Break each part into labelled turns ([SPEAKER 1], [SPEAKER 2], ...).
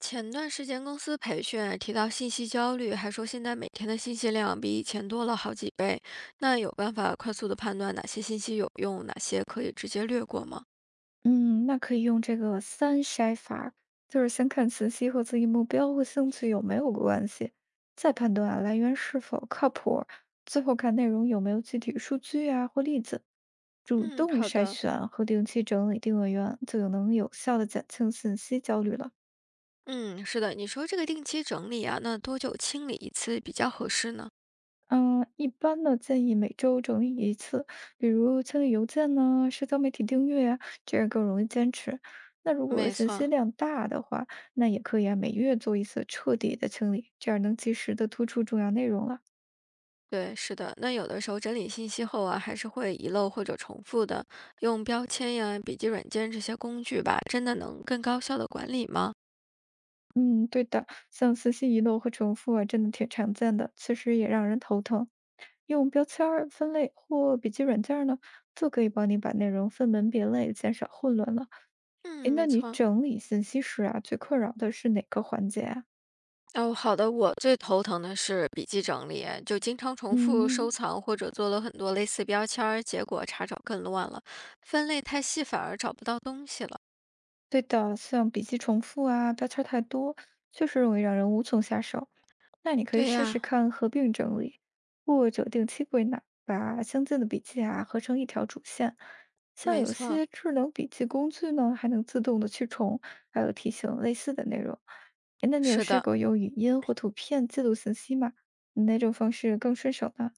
[SPEAKER 1] 前段时间公司培训啊提到信息焦虑，还说现在每天的信息量比以前多了好几倍。那有办法快速的判断哪些信息有用，哪些可以直接略过吗？
[SPEAKER 2] 嗯，那可以用这个三筛法。就是先看信息和自己目标和兴趣有没有关系，再判断来源是否靠谱，最后看内容有没有具体数据或例子。主
[SPEAKER 1] 嗯，
[SPEAKER 2] 动
[SPEAKER 1] 好
[SPEAKER 2] 筛
[SPEAKER 1] 的。
[SPEAKER 2] 选和定期整理定位源，就能有效的减轻信息焦虑了。
[SPEAKER 1] 嗯，是的，你说这个定期整理啊，那多久清理一次比较合适呢？
[SPEAKER 2] 嗯，一般呢建议每周整理一次，比如清理邮件呢、社交媒体订阅啊，这样更容易坚持。那如果
[SPEAKER 1] 没
[SPEAKER 2] 信息
[SPEAKER 1] 错，
[SPEAKER 2] 量大的话，那也可以啊，每月做一次彻底的清理，这样能及时的突出重要内容了。
[SPEAKER 1] 对，是的，那有的时候整理信息后啊，还是会遗漏或者重复的。用标签呀、笔记软件这些工具吧，真的能更高效的管理吗？
[SPEAKER 2] 嗯，对的，像信息遗漏和重复啊，真的挺常见的，其实也让人头疼。用标签儿分类或笔记软件儿呢，就可以帮你把内容分门别类，减少混乱了。
[SPEAKER 1] 嗯，
[SPEAKER 2] 诶，那
[SPEAKER 1] 没
[SPEAKER 2] 你
[SPEAKER 1] 错。
[SPEAKER 2] 整理信息时啊，最困扰的是哪个环节啊？
[SPEAKER 1] 哦，好的。我最头疼的是笔记整理，就经常重复
[SPEAKER 2] 嗯，
[SPEAKER 1] 收藏或者做了很多类似标签儿，结果查找更乱了。分类太细，反而找不到东西了。
[SPEAKER 2] 对的，像笔记重复啊，标签儿太多，确实容易让人无从下手。那你可以
[SPEAKER 1] 对
[SPEAKER 2] 试试
[SPEAKER 1] 呀，
[SPEAKER 2] 看合并整理，或者定期归纳，把相近的笔记啊合成一条主线。像
[SPEAKER 1] 没
[SPEAKER 2] 有
[SPEAKER 1] 错，
[SPEAKER 2] 些智能笔记工具呢，还能自动的去重，还有提醒类似的内容。诶，那你有
[SPEAKER 1] 是
[SPEAKER 2] 试
[SPEAKER 1] 的。
[SPEAKER 2] 过用语音或图片记录信息吗？哪种方式更顺手呢？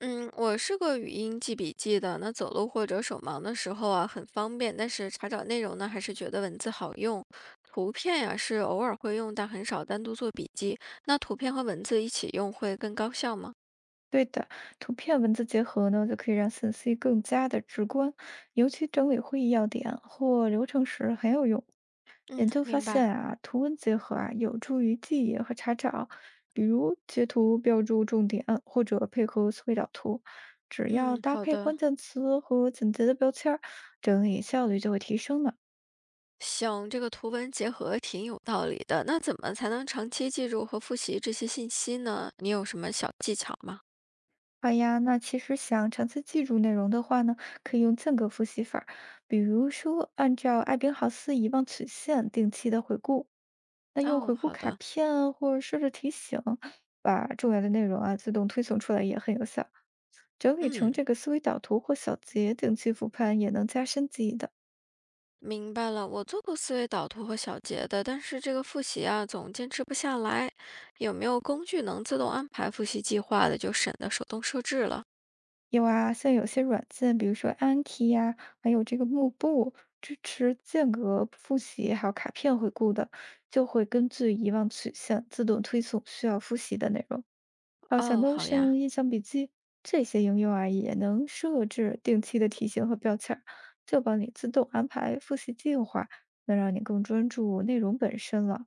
[SPEAKER 1] 嗯，我是个语音记笔记的，那走路或者手忙的时候啊，很方便。但是查找内容呢，还是觉得文字好用。图片呀、是偶尔会用，但很少单独做笔记。那图片和文字一起用会更高效吗？
[SPEAKER 2] 对的，图片文字结合呢，就可以让信息更加的直观，尤其整理会议要点或流程时很有用。
[SPEAKER 1] 嗯，
[SPEAKER 2] 研究发
[SPEAKER 1] 明
[SPEAKER 2] 现
[SPEAKER 1] 白。
[SPEAKER 2] 啊，图文结合啊，有助于记忆和查找，比如截图标注重点，或者配合思维导图，只要
[SPEAKER 1] 嗯，
[SPEAKER 2] 搭
[SPEAKER 1] 好
[SPEAKER 2] 配
[SPEAKER 1] 的。
[SPEAKER 2] 关键词和简洁的标签儿，整理效率就会提升呢。
[SPEAKER 1] 行，这个图文结合挺有道理的。那怎么才能长期记住和复习这些信息呢？你有什么小技巧吗？
[SPEAKER 2] 好呀，那其实想长期记住内容的话呢，可以用间隔复习法儿，比如说按照艾宾浩斯遗忘曲线定期的回顾，那用
[SPEAKER 1] 哦，
[SPEAKER 2] 回顾
[SPEAKER 1] 好
[SPEAKER 2] 卡
[SPEAKER 1] 的，
[SPEAKER 2] 片啊或者设置提醒，把重要的内容啊自动推送出来也很有效。整理
[SPEAKER 1] 嗯，
[SPEAKER 2] 成这个思维导图或小结，定期复盘也能加深记忆的。
[SPEAKER 1] 明白了。我做过思维导图和小结的，但是这个复习啊，总坚持不下来。有没有工具能自动安排复习计划的，就省得手动设置了？
[SPEAKER 2] 有啊，像有些软件，比如说 Anki 呀、还有这个幕布，支持间隔复习，还有卡片回顾的，就会根据遗忘曲线自动推送需要复习的内容。还有像
[SPEAKER 1] 哦，好
[SPEAKER 2] Notion、
[SPEAKER 1] 呀。
[SPEAKER 2] 印象笔记这些应用啊，也能设置定期的提醒和标签儿，就帮你自动安排复习计划，能让你更专注内容本身了。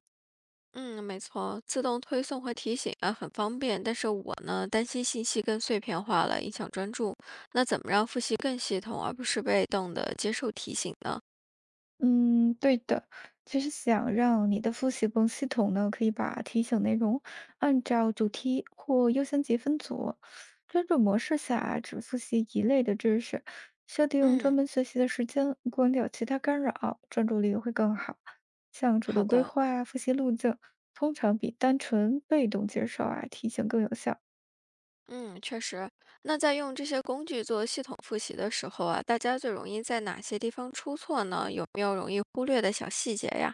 [SPEAKER 1] 嗯，没错，自动推送和提醒啊，很方便。但是我呢，担心信息更碎片化了，影响专注。那怎么让复习更系统，而不是被动的接受提醒呢？
[SPEAKER 2] 嗯，对的。其实想让你的复习工系统呢，可以把提醒内容按照主题或优先级分组，专注模式下只复习一类的知识，设定专
[SPEAKER 1] 嗯，
[SPEAKER 2] 门学习的时间，关掉其他干扰，专注力会更好。像主
[SPEAKER 1] 好
[SPEAKER 2] 动规
[SPEAKER 1] 的，
[SPEAKER 2] 划复习路径，通常比单纯被动接受啊提醒更有效。
[SPEAKER 1] 嗯，确实。那在用这些工具做系统复习的时候啊，大家最容易在哪些地方出错呢？有没有容易忽略的小细节呀？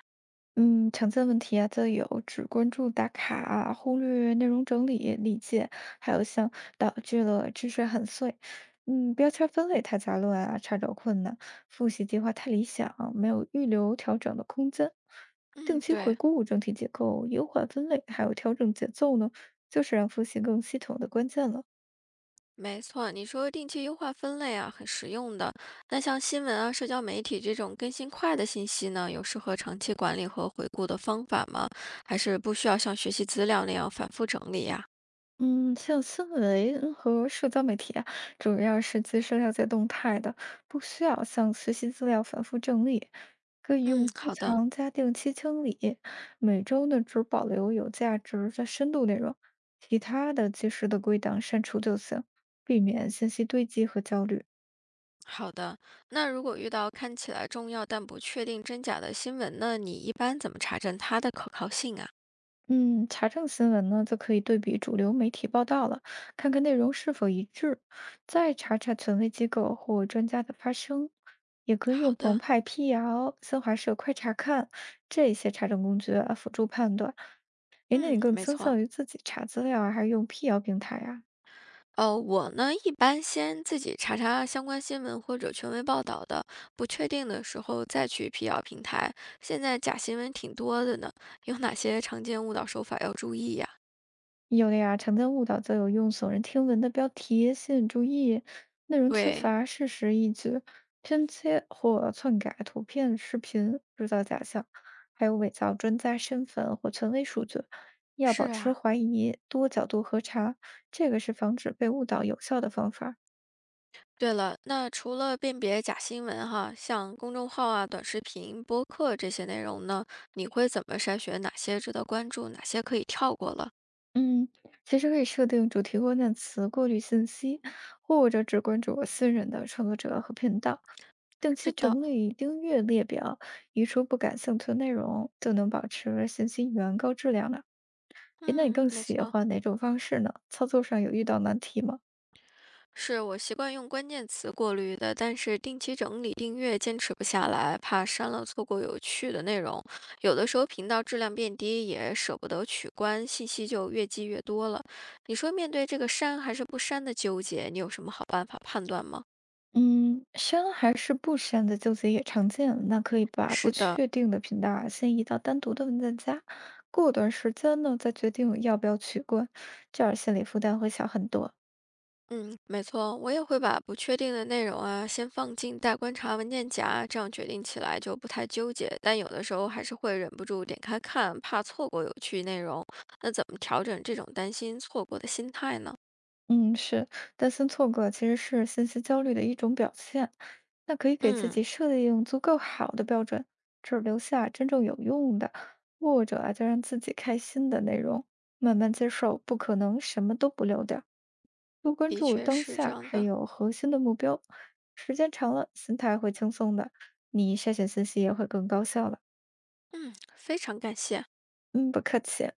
[SPEAKER 2] 嗯，常见问题啊，就有只关注打卡啊忽略内容整理理解，还有像导致了知识很碎，嗯，标签分类太杂乱啊，查找困难，复习计划太理想，没有预留调整的空间。定
[SPEAKER 1] 嗯，
[SPEAKER 2] 期回
[SPEAKER 1] 对。
[SPEAKER 2] 顾整体结构，优化分类，还有调整节奏呢，就是让复习更系统的关键了。
[SPEAKER 1] 没错，你说定期优化分类啊，很实用的。那像新闻啊、社交媒体这种更新快的信息呢，有适合长期管理和回顾的方法吗？还是不需要像学习资料那样反复整理呀？
[SPEAKER 2] 嗯，像新闻和社交媒体啊，主要是及时了解动态的，不需要像学习资料反复整理，可以
[SPEAKER 1] 嗯，
[SPEAKER 2] 用收
[SPEAKER 1] 好的，
[SPEAKER 2] 藏加定期清理。每周呢，只保留有价值的深度内容，其他的及时的归档删除就行，避免信息堆积和焦虑。
[SPEAKER 1] 好的。那如果遇到看起来重要但不确定真假的新闻呢，你一般怎么查证它的可靠性啊？
[SPEAKER 2] 嗯，查证新闻呢，就可以对比主流媒体报道了，看看内容是否一致，再查查权威机构或专家的发声，也可以用
[SPEAKER 1] 好
[SPEAKER 2] 澎
[SPEAKER 1] 的，
[SPEAKER 2] 湃、辟谣、新华社、快查看这些查证工具啊，辅助判断。诶，那你
[SPEAKER 1] 嗯，
[SPEAKER 2] 更
[SPEAKER 1] 没
[SPEAKER 2] 倾向
[SPEAKER 1] 错。
[SPEAKER 2] 于自己查资料啊，还是用辟谣平台啊？
[SPEAKER 1] 哦，我呢一般先自己查查相关新闻或者权威报道的，不确定的时候再去辟谣平台。现在假新闻挺多的呢，有哪些常见误导手法要注意呀？
[SPEAKER 2] 有的呀，常见误导则有用耸人听闻的标题吸引注意，内容缺
[SPEAKER 1] 对，
[SPEAKER 2] 乏事实依据，拼接或篡改图片、视频，制造假象，还有伪造专家身份或权威数据。要保
[SPEAKER 1] 是
[SPEAKER 2] 持
[SPEAKER 1] 啊，
[SPEAKER 2] 怀疑，多角度核查，这个是防止被误导有效的方法。
[SPEAKER 1] 对了，那除了辨别假新闻哈，像公众号啊、短视频、播客这些内容呢，你会怎么筛选哪些值得关注，哪些可以跳过了？
[SPEAKER 2] 嗯，其实可以设定主题关键词过滤信息，或者只关注我信任的创作者和频道。定期
[SPEAKER 1] 是的，
[SPEAKER 2] 整理订阅列表，移除不感兴趣的内容，就能保持信息源高质量了。诶，那你
[SPEAKER 1] 嗯，
[SPEAKER 2] 更
[SPEAKER 1] 没
[SPEAKER 2] 喜
[SPEAKER 1] 错。
[SPEAKER 2] 欢哪种方式呢？操作上有遇到难题吗？
[SPEAKER 1] 是我习惯用关键词过滤的，但是定期整理订阅坚持不下来，怕删了错过有趣的内容。有的时候频道质量变低，也舍不得取关，信息就越积越多了。你说面对这个删还是不删的纠结，你有什么好办法判断吗？
[SPEAKER 2] 嗯，删还是不删的纠结也常见。那可以把不
[SPEAKER 1] 是的，
[SPEAKER 2] 确定的频道啊，先移到单独的文件夹，过段时间呢，再决定要不要取关，这样心理负担会小很多。
[SPEAKER 1] 嗯，没错，我也会把不确定的内容啊，先放进待观察文件夹，这样决定起来就不太纠结。但有的时候还是会忍不住点开看，怕错过有趣内容。那怎么调整这种担心错过的心态呢？
[SPEAKER 2] 嗯，是，担心错过其实是信息焦虑的一种表现。那可以给自
[SPEAKER 1] 嗯，
[SPEAKER 2] 己设定足够好的标准，只留下真正有用的，或者啊，就让自己开心的内容，慢慢接受，不可能什么都不留点儿，多关
[SPEAKER 1] 的
[SPEAKER 2] 注
[SPEAKER 1] 确
[SPEAKER 2] 当
[SPEAKER 1] 是这
[SPEAKER 2] 下，
[SPEAKER 1] 样
[SPEAKER 2] 还
[SPEAKER 1] 的。
[SPEAKER 2] 有核心的目标。时间长了，心态会轻松的，你筛选信息也会更高效了。
[SPEAKER 1] 嗯，非常感谢。
[SPEAKER 2] 嗯，不客气。